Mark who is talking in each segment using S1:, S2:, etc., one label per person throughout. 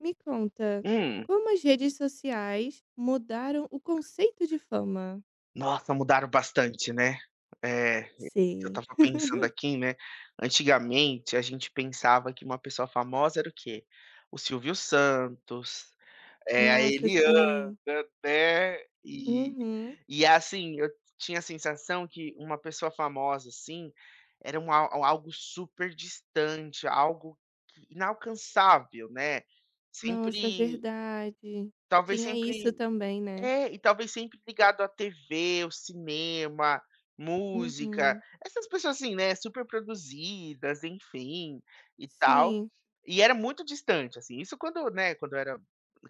S1: Me conta,
S2: Hum.
S1: como as redes sociais mudaram o conceito de fama?
S2: Nossa, mudaram bastante, né. Eh, eu
S1: Sim.
S2: estava pensando aqui, né, antigamente a gente pensava que uma pessoa famosa era o quê? O Silvio Santos, a
S1: Nossa,
S2: Eliana,
S1: sim.
S2: né, e
S1: Uhum.
S2: e assim, eu tinha a sensação que uma pessoa famosa, assim, era um al um algo super distante, algo que inalcançável, né.
S1: Nossa,
S2: Sempre
S1: verdade.
S2: talvez
S1: Tinha isso
S2: sempre
S1: também, né.
S2: É, e talvez sempre ligado à TV, ao cinema, música,
S1: Uhum.
S2: essas pessoas assim, né, super produzidas, enfim, e tal.
S1: Sim,
S2: E era muito distante, assim, isso quando, né, quando eu era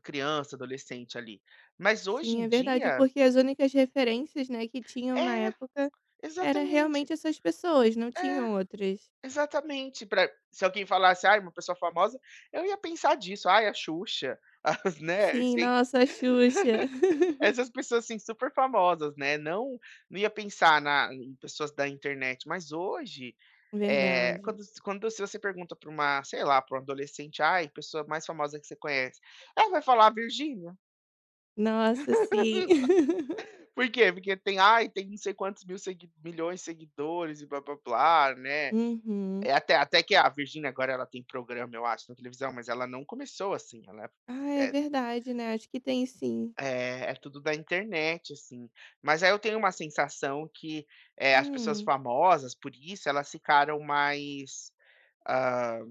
S2: criança, adolescente ali. Mas hoje
S1: sim,
S2: em
S1: é verdade,
S2: dia.
S1: porque as únicas referências, né, que tinham na
S2: É,
S1: época era
S2: exatamente.
S1: realmente essas pessoas, não
S2: É,
S1: tinham outras.
S2: exatamente, pra se alguém falasse: "Ah, uma pessoa famosa", eu ia pensar disso: "Ai, a Xuxa", as né,
S1: Sim, nossa, a Xuxa.
S2: essas pessoas, assim, super famosas, né, não ia pensar na em pessoas da internet, mas hoje,
S1: Verdade.
S2: quando se você pergunta para uma, sei lá, para um adolescente: "Ai, pessoa mais famosa que você conhece", ela vai falar: "A Virgínia".
S1: Nossa, sim.
S2: Por quê? Porque tem, ai, tem não sei quantos milhões de seguidores e blá-blá-blá, né.
S1: Uhum.
S2: É até que a Virgínia agora ela tem programa, eu acho, na televisão, mas ela não começou assim, ela,
S1: Ah, é
S2: eh
S1: verdade, né, acho que tem sim.
S2: é tudo da internet, assim. Mas aí eu tenho uma sensação que, as pessoas
S1: Hum.
S2: famosas, por isso, elas ficaram mais, hã,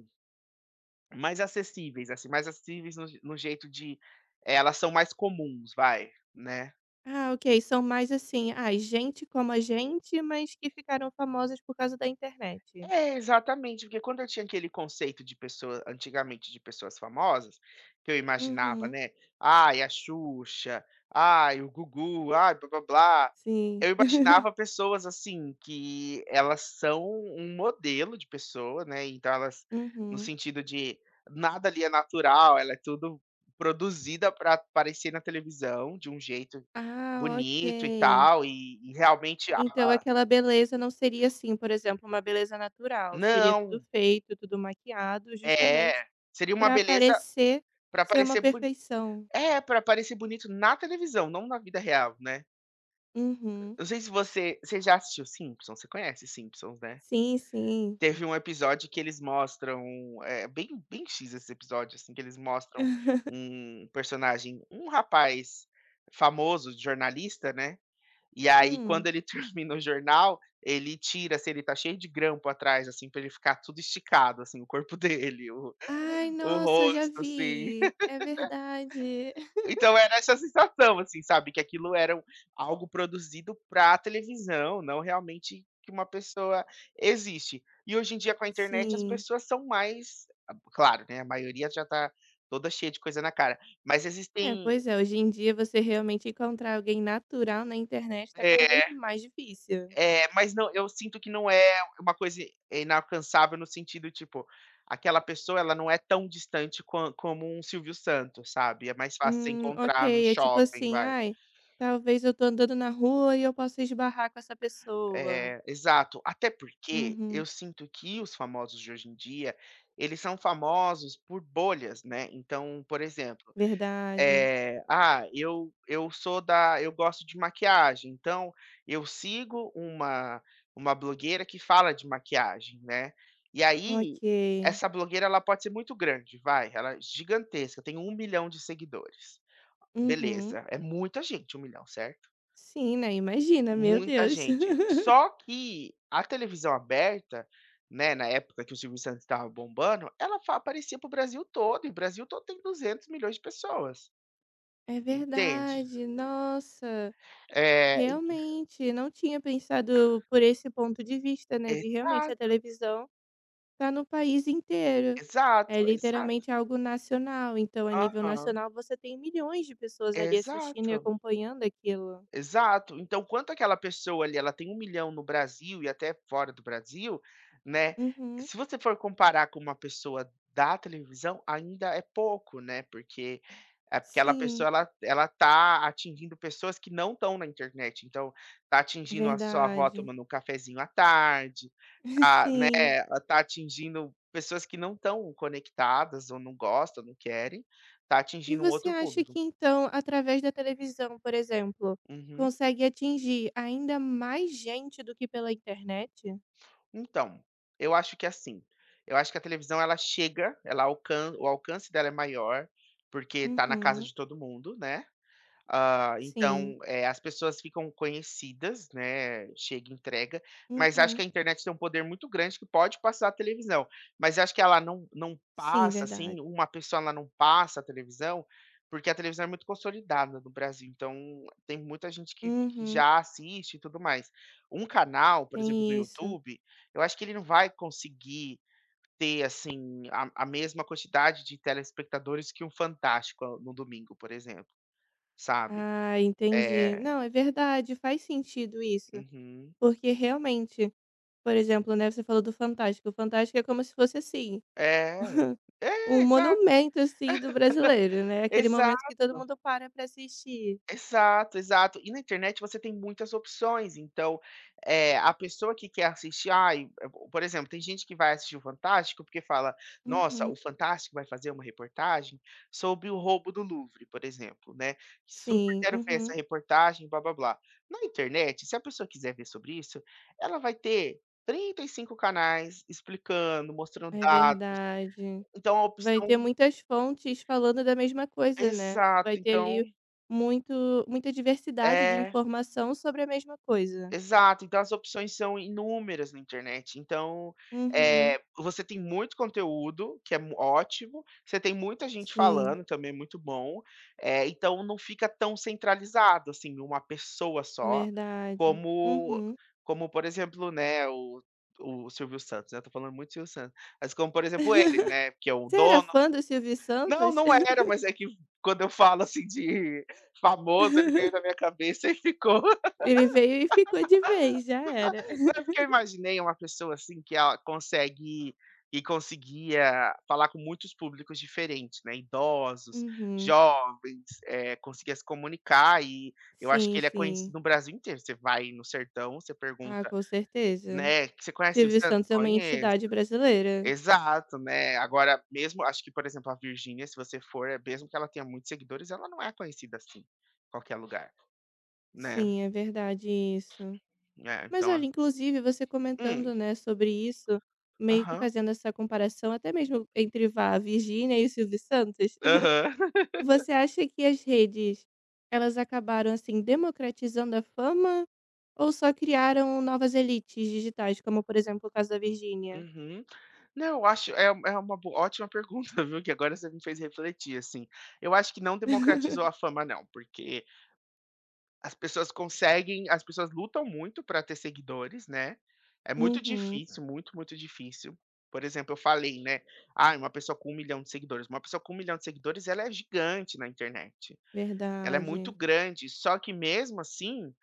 S2: mais acessíveis, assim, mais acessíveis no jeito de. É, elas são mais comuns, vai, né.
S1: Ah, ok, são mais, assim, ah, gente como a gente, mas que ficaram famosas por causa da internet.
S2: É, exatamente, porque quando eu tinha aquele conceito de pessoa antigamente de pessoas famosas, que eu imaginava,
S1: Uhum,
S2: né, "Ai, a Xuxa, ai, o Gugu, ai, blá-blá-blá",
S1: sim.
S2: eu imaginava pessoas, assim, que elas são um modelo de pessoa, né, então elas no
S1: Uhum.
S2: sentido de nada ali é natural, ela é tudo produzida para aparecer na televisão de um jeito
S1: Ah,
S2: bonito e
S1: ok.
S2: tal, e realmente a.
S1: Então aquela beleza não seria, assim, por exemplo, uma beleza natural, seria tudo
S2: Não,
S1: feito, tudo maquiado, justamente
S2: é, seria uma
S1: para
S2: beleza.
S1: parecer
S2: Pra
S1: ser uma
S2: parecer boni
S1: perfeição.
S2: É, pra parecer bonito na televisão, não na vida real, né.
S1: Uhum.
S2: Não sei se você já assistiu Simpsons. Você conhece Simpsons, né?
S1: Sim, sim.
S2: Teve um episódio que eles mostram, é bem X esse episódio, assim, que eles mostram um personagem um rapaz famoso, jornalista, né, e aí quando
S1: Hum.
S2: ele termina o jornal, ele tira se ele tá cheio de grampo atrás, assim, pra ele ficar tudo esticado, assim, o corpo dele, o
S1: Ai,
S2: o
S1: nossa, eu já
S2: rosto, assim.
S1: vi. É verdade.
S2: Então era essa sensação, assim, sabe? Que aquilo era algo produzido para televisão, não realmente que uma pessoa existe. E hoje em dia, com a internet, as
S1: Sim.
S2: pessoas são mais. Claro, né? A maioria já tá toda cheia de coisa na cara. Mas
S1: É,
S2: existem.
S1: pois é, hoje em dia você realmente encontrar alguém natural na internet tá cada vez
S2: É,
S1: mais difícil.
S2: é, mas não, eu sinto que não é uma coisa inalcançável no sentido, tipo, aquela pessoa ela não é tão distante como um Silvio Santos, sabe? É mais fácil você
S1: Ok,
S2: encontrar num
S1: é tipo
S2: shopping,
S1: assim,
S2: vai.
S1: ai, talvez eu tô andando na rua e eu possa esbarrar com essa pessoa.
S2: É, exato. Até porque
S1: Uhum,
S2: eu sinto que os famosos de hoje em dia, eles são famosos por bolhas, né. Então, por exemplo,
S1: verdade.
S2: eu sou da eu gosto de maquiagem, então eu sigo uma blogueira que fala de maquiagem, né. E aí,
S1: Ok.
S2: essa blogueira ela pode ser muito grande, vai, ela é gigantesca, tem 1 milhão de seguidores.
S1: Uhum.
S2: Beleza, é muita gente, 1 milhão, certo?
S1: Sim, né? Imagina, meu
S2: Muita
S1: Deus.
S2: gente. Só que a televisão aberta, né, na época que o Silvio Santos estava bombando, ela fa aparecia para o Brasil todo, e o Brasil todo tem 200 milhões de pessoas,
S1: É
S2: entende?
S1: verdade, nossa.
S2: Eh,
S1: Realmente, não tinha pensado por esse ponto de vista, né, de realmente a
S2: exato,
S1: televisão tá no país inteiro.
S2: exato,
S1: É
S2: exato.
S1: literalmente algo nacional, então a nível
S2: Aham,
S1: nacional você tem milhões de pessoas ali assistindo e
S2: exato.
S1: acompanhando aquilo.
S2: Exato. Então, quanto aquela pessoa ali, ela tem 1 milhão no Brasil e até fora do Brasil, né,
S1: Uhum.
S2: se você for comparar com uma pessoa da televisão, ainda é pouco, né, porque aquela pessoa
S1: Sim,
S2: ela tá atingindo pessoas que não estão na internet, então tá atingindo a sua avó
S1: verdade.
S2: tomando um cafezinho à tarde, tá, né.
S1: Sim.
S2: Ela tá atingindo pessoas que não estão conectadas ou não gostam, não querem, tá
S1: E
S2: atingindo um
S1: você
S2: outro
S1: acha que
S2: público.
S1: então, através da televisão, por exemplo,
S2: Uhum.
S1: consegue atingir ainda mais gente do que pela internet?
S2: Então, eu acho que assim, eu acho que a televisão ela chega, ela alcan o alcance dela é maior, porque tá na casa
S1: Uhum.
S2: de todo mundo, né. Ah,
S1: Sim.
S2: então, as pessoas ficam conhecidas, né, chega entrega, mas acho que
S1: Uhum.
S2: a internet tem um poder muito grande que pode passar a televisão, mas acho que ela não
S1: Sim,
S2: passa,
S1: verdade.
S2: assim, uma pessoa ela não passa a televisão, porque a televisão é muito consolidada no Brasil, então tem muita gente que
S1: Uhum,
S2: já assiste e tudo mais. Um canal, por exemplo, do
S1: tem isso.
S2: YouTube, eu acho que ele não vai conseguir ter, assim, a mesma quantidade de telespectadores que um Fantástico no domingo, por exemplo, sabe.
S1: Ah, entendi.
S2: É,
S1: Não, é verdade, faz sentido isso.
S2: uhum.
S1: Porque realmente, por exemplo, né, você falou do Fantástico. O Fantástico é como se fosse assim,
S2: É, é,
S1: um
S2: exato,
S1: monumento assim do brasileiro, né? Aquele momento
S2: exato,
S1: que todo mundo para assistir.
S2: exato, exato. E na internet você tem muitas opções, então, a pessoa que quer assistir ai, por exemplo, tem gente que vai assistir o Fantástico porque fala: "Nossa,
S1: Uhum.
S2: o Fantástico vai fazer uma reportagem sobre o roubo do Louvre", por exemplo, né, "Super
S1: Sim,
S2: quero ver essa
S1: uhum.
S2: reportagem, blá-blá-blá". Na internet, se a pessoa quiser ver sobre isso, ela vai ter 35 canais explicando, mostrando
S1: É
S2: dados,
S1: verdade.
S2: então a
S1: Vai ter
S2: opção.
S1: muitas fontes falando da mesma coisa, né? Vai
S2: Exato,
S1: ter
S2: então
S1: ali muito muita diversidade de
S2: é,
S1: informação sobre a mesma coisa.
S2: exato, então as opções são inúmeras na internet, então,
S1: Uhum.
S2: você tem muito conteúdo, que é mu ótimo, você tem muita gente
S1: Sim.
S2: falando, também é muito bom, então não fica tão centralizado, assim, em uma pessoa só,
S1: Verdade.
S2: como
S1: Uhum.
S2: por exemplo, né, o Silvio Santos, né, eu estou falando muito do Silvio Santos, mas como por exemplo ele, né, que é o
S1: Você era
S2: dono.
S1: fã do Silvio
S2: Não,
S1: Santos?
S2: não era, mas é que quando eu falo, assim, de famoso, ele veio na minha cabeça e ficou.
S1: Ele veio e ficou de vez, já era.
S2: Não é porque eu imaginei uma pessoa, assim, que ela consegue e conseguia falar com muitos públicos diferentes, né, idosos,
S1: Uhum.
S2: jovens, conseguia se comunicar e eu acho
S1: Sim,
S2: que ele é
S1: sim.
S2: conhecido no Brasil inteiro. Você vai no sertão, você
S1: Ah,
S2: pergunta,
S1: com certeza.
S2: né: "Você conhece o
S1: Silvio
S2: Santos?".
S1: Santos é uma
S2: "Conheço".
S1: entidade brasileira.
S2: Exato, né. Agora mesmo acho que, por exemplo, a Virgínia, se você for, é mesmo que ela tenha muitos seguidores, ela não é conhecida assim, em qualquer lugar, né.
S1: Sim, é verdade isso.
S2: É,
S1: Mas
S2: então
S1: olha,
S2: é.
S1: inclusive você
S2: Hum.
S1: comentando, né, sobre isso, meio que
S2: Aham.
S1: fazendo essa comparação até mesmo entre, vá, Virgínia e o Silvio Santos.
S2: Aham.
S1: Você acha que as redes, elas acabaram, assim, democratizando a fama ou só criaram novas elites digitais, como, por exemplo, o caso da Virgínia?
S2: Uhum. Não, eu acho é uma bo ótima pergunta, viu, que agora você me fez refletir, assim. Eu acho que não democratizou a fama não, porque as pessoas lutam muito para ter seguidores, né. É muito
S1: Uhum,
S2: difícil, muito, muito difícil. Por exemplo, eu falei, né: "Ah, uma pessoa com 1 milhão de seguidores", uma pessoa com 1.000.000 de seguidores ela é gigante na internet, ela é muito
S1: verdade.
S2: grande, só que mesmo assim,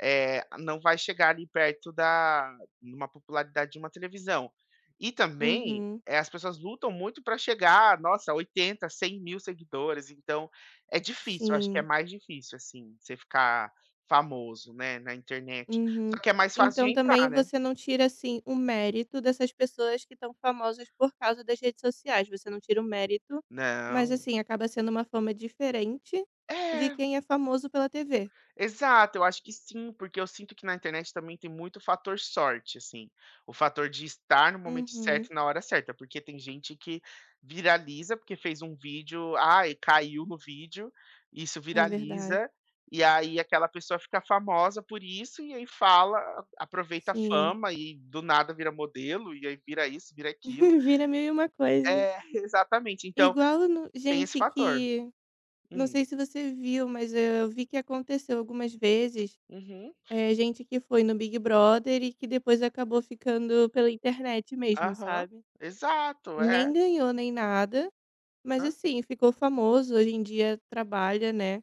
S2: não vai chegar ali perto da uma popularidade de uma televisão. E também,
S1: Uhum,
S2: as pessoas lutam muito para chegar, nossa, 80 mil seguidores, então é difícil, acho que é
S1: sim.
S2: mais difícil, assim, você ficar famoso, né, na internet.
S1: Uhum.
S2: Só que é mais fácil de
S1: Então também
S2: entrar, né.
S1: você não tira, assim, o mérito dessas pessoas que estão famosas por causa das redes sociais, você não tira o mérito, mas,
S2: Não.
S1: assim, acaba sendo uma fama diferente de
S2: É.
S1: quem é famoso pela TV.
S2: Exato, eu acho que sim, porque eu sinto que na internet também tem muito fator sorte, assim, o fator de estar no momento certo
S1: Uhum,
S2: e na hora certa, porque tem gente que viraliza, porque fez um vídeo, ai, caiu no vídeo, isso
S1: é verdade.
S2: viraliza, e aí aquela pessoa fica famosa por isso, e aí fala, aproveita a
S1: Sim.
S2: fama e do nada vira modelo, e aí vira isso, vira aquilo.
S1: Vira mil e uma
S2: É,
S1: coisas.
S2: exatamente, então
S1: Igual no
S2: tem esse
S1: gente
S2: fator.
S1: que não
S2: Hum,
S1: sei se você viu, mas eu vi que aconteceu algumas vezes,
S2: uhum,
S1: gente que foi no Big Brother e que depois acabou ficando pela internet mesmo,
S2: aham,
S1: sabe.
S2: exato,
S1: Nem
S2: é.
S1: ganhou nem nada, mas
S2: Hã?
S1: assim, ficou famoso, hoje em dia trabalha, né,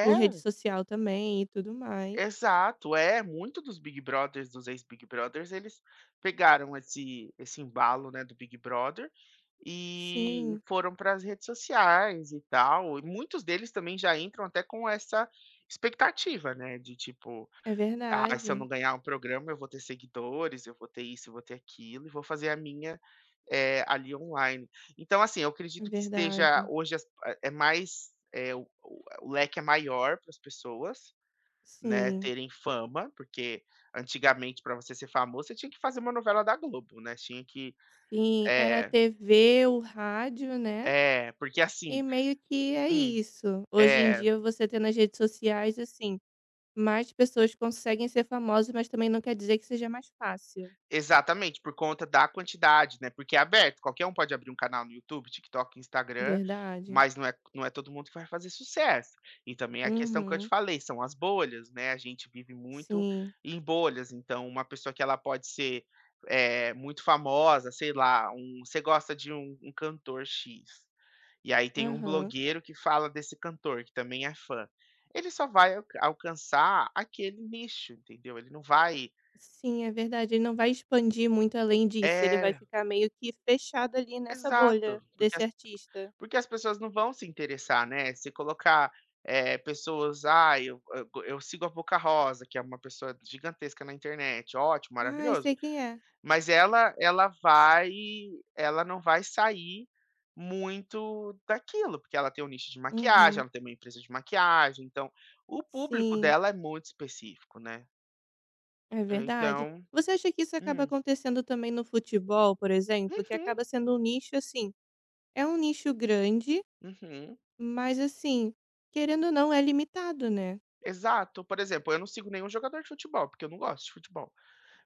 S1: com rede social também e tudo mais.
S2: Exato, é, muito dos Big Brothers, dos ex-Big Brothers, eles pegaram esse embalo, né, do Big Brother, e
S1: Sim,
S2: foram para as redes sociais e tal, e muitos deles também já entram até com essa expectativa, né, de tipo:
S1: é
S2: "Ah, se eu
S1: verdade,
S2: não ganhar o programa, eu vou ter seguidores, eu vou ter isso, eu vou ter aquilo e vou fazer a minha, ali online". Então, assim, eu
S1: é
S2: acredito que esteja
S1: verdade.
S2: hoje as é mais, o leque é maior para as pessoas, né,
S1: Sim,
S2: terem fama, porque antigamente para você ser famoso você tinha que fazer uma novela da Globo, né, tinha que
S1: sim, era a
S2: é,
S1: TV, o rádio, né.
S2: é, porque
S1: E
S2: assim
S1: meio que é
S2: hum,
S1: isso. Hoje em
S2: é,
S1: dia você tem nas redes sociais, assim, mais pessoas conseguem ser famosas, mas também não quer dizer que seja mais fácil.
S2: exatamente, por conta da quantidade, né, porque é aberto, qualquer um pode abrir um canal no YouTube, TikTok, Instagram,
S1: Verdade.
S2: mas não é todo mundo que vai fazer sucesso. E também a questão que eu te
S1: Uhum.
S2: falei, são as bolhas, né, a gente vive muito
S1: Sim.
S2: em bolhas, então uma pessoa que ela pode ser, muito famosa, sei lá, você gosta de um cantor X. E aí tem um
S1: Aham.
S2: blogueiro que fala desse cantor, que também é fã. Ele só vai alcançar aquele nicho, entendeu? Ele não vai.
S1: Sim, é verdade. Ele não vai expandir muito além disso. Ele vai
S2: É,
S1: ficar meio que fechado ali nessa
S2: exato,
S1: bolha
S2: porque
S1: desse
S2: as
S1: artista.
S2: porque as pessoas não vão se interessar, né. Se colocar, pessoas: "Ah, eu sigo a Boca Rosa", que é uma pessoa gigantesca na internet, ótimo,
S1: Ai,
S2: maravilhoso.
S1: sei quem é.
S2: Mas ela não vai sair muito daquilo, porque ela tem um nicho de maquiagem,
S1: Uhum.
S2: ela tem uma empresa de maquiagem, então o público
S1: Sim,
S2: dela é muito específico, né.
S1: é verdade.
S2: Então,
S1: Você acha que isso acaba
S2: hum.
S1: acontecendo também no futebol, por exemplo, que
S2: Uhum,
S1: acaba sendo um nicho assim? É um nicho grande,
S2: uhum.
S1: mas assim, querendo ou não, é limitado, né.
S2: Exato. Por exemplo, eu não sigo nenhum jogador de futebol, porque eu não gosto de futebol,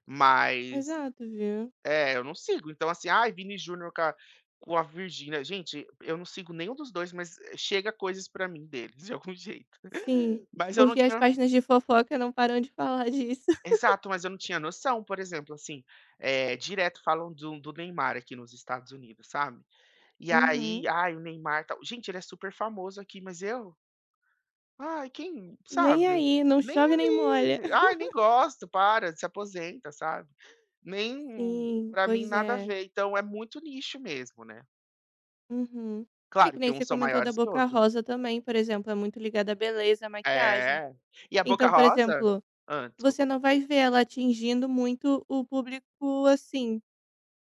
S2: mas
S1: Exato, viu.
S2: é, eu não sigo. Então assim: "Ai, Vini Júnior com a Virgínia", gente, eu não sigo nenhum dos dois, mas chega coisas pra mim deles de algum jeito.
S1: Sim,
S2: Mas eu não
S1: porque as
S2: tinha.
S1: páginas de fofoca não param de falar disso.
S2: Exato, mas eu não tinha noção, por exemplo, assim, direto falam do Neymar aqui nos Estados Unidos, sabe. E
S1: Uhum.
S2: aí, "Ai, o Neymar tal", gente, ele é super famoso aqui, mas eu? Ai, quem
S1: Nem
S2: sabe?
S1: aí, não
S2: Nem
S1: chove nem molha.
S2: aí, "Ai, nem gosto, para, se aposenta", sabe. Nem
S1: Sim,
S2: pra mim,
S1: pois
S2: nada a
S1: é.
S2: ver, então é muito nicho mesmo, né.
S1: Uhum. É que
S2: Claro que
S1: nem você
S2: uns são
S1: comentou da
S2: maiores que
S1: Boca
S2: outros.
S1: Rosa também, por exemplo, é muito ligada à beleza, à maquiagem.
S2: É. E a Boca
S1: Então, por
S2: Rosa.
S1: exemplo, você
S2: Desculpa.
S1: não vai ver ela atingindo muito o público, assim,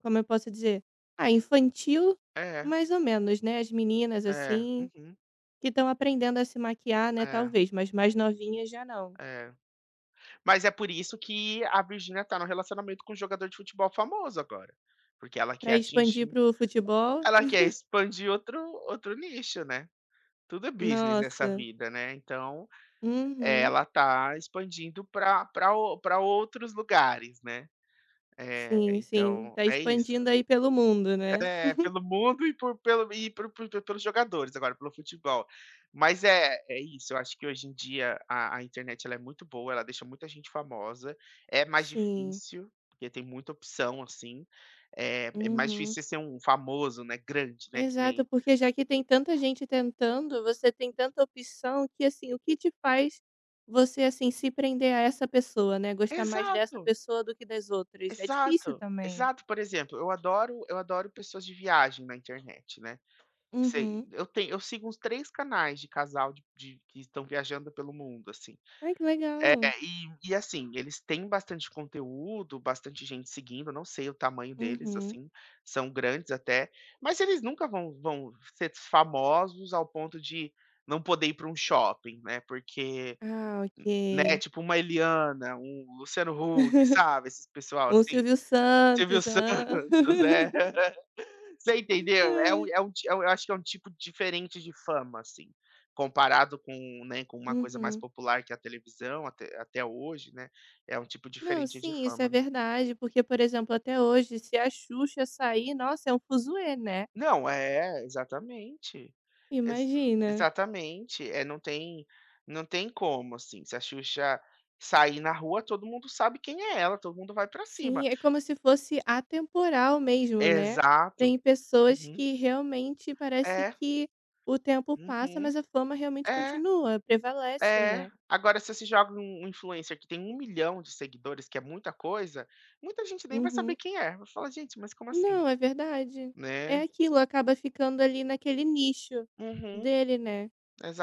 S1: como eu posso dizer? Ah, infantil,
S2: É,
S1: mais ou menos, né, as meninas,
S2: é,
S1: assim.
S2: uhum,
S1: Que estão aprendendo a se maquiar, né,
S2: é,
S1: talvez, mas mais novinhas já não.
S2: é. Mas é por isso que a Virgínia tá num relacionamento com um jogador de futebol famoso agora, porque
S1: Para expandir para o futebol,
S2: ela quer expandir outro nicho, né. Tudo é business nessa
S1: nossa.
S2: vida, né, então,
S1: Uhum.
S2: ela tá expandindo para pra o outros lugares, né.
S1: Sim, sim,
S2: Então
S1: tá
S2: é isso.
S1: expandindo aí pelo mundo, né.
S2: É, pelo mundo e, por, pelo, e por- pelos jogadores agora, pelo futebol. Mas é, isso, eu acho que hoje em dia a internet ela é muito boa, ela deixa muita gente famosa, é mais
S1: Sim.
S2: difícil, porque tem muita opção, assim. É, é mais difícil
S1: Uhum.
S2: você ser um famoso, né? Grande, né? Que
S1: Exato,
S2: nem.
S1: porque já que tem tanta gente tentando, você tem tanta opção que, assim, o que te faz você, assim, se prender a essa pessoa, né, gostar mais dessa
S2: Exato,
S1: pessoa do que das outras? É difícil
S2: exato,
S1: também.
S2: exato. Por exemplo, eu adoro pessoas de viagem na internet, né?
S1: Uhum.
S2: Sei, eu tenho, eu sigo uns três canais de casal que estão viajando pelo mundo, assim.
S1: Ai, que
S2: É,
S1: legal.
S2: e assim, eles têm bastante conteúdo, bastante gente seguindo, eu não sei o tamanho deles,
S1: Uhum.
S2: assim, são grandes até, mas eles nunca vão ser famosos ao ponto de não poder ir para um shopping, né, porque,
S1: Ah,
S2: né,
S1: ok.
S2: tipo uma Eliana, um Luciano Huck, sabe, esse pessoal
S1: Um
S2: assim,
S1: Silvio
S2: Silvio
S1: Santos, ah.
S2: Santos, é. Você entendeu?
S1: Ai.
S2: É um ti é um, eu acho que é um tipo diferente de fama, assim, comparado com, né, com uma coisa mais
S1: Uhum.
S2: popular que é a televisão até hoje, né, é um tipo
S1: Não,
S2: diferente de
S1: sim, isso é
S2: fama.
S1: verdade, porque, por exemplo, até hoje, se a Xuxa sair, nossa, é um fuzuê, né.
S2: Não, é, exatamente. Ex
S1: Imagina.
S2: Exatamente. É, não tem como, assim, se a Xuxa sair na rua, todo mundo sabe quem é ela, todo mundo vai pra
S1: Sim,
S2: cima.
S1: é como se fosse atemporal mesmo, né.
S2: Exato.
S1: Tem pessoas
S2: Uhum.
S1: que realmente parece
S2: É.
S1: que o tempo passa, mas
S2: Uhum.
S1: a fama realmente
S2: É.
S1: continua, prevalece,
S2: É,
S1: né.
S2: agora se você joga um influencer que tem 1 milhão de seguidores, que é muita coisa, muita gente nem vai saber
S1: Uhum.
S2: quem é, vai falar: "Gente, mas como assim?",
S1: Não, é verdade. É
S2: né.
S1: aquilo, acaba ficando ali naquele nicho
S2: Uhum,
S1: dele, né.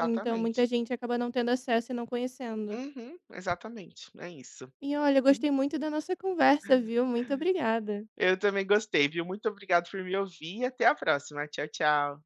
S1: Então muita gente acaba não tendo acesso e não conhecendo.
S2: Uhum, exatamente, é isso.
S1: E olha, eu gostei muito da nossa conversa, viu. Muito obrigada.
S2: Eu também gostei, viu. Muito obrigado por me ouvir e até a próxima. Tchau, tchau.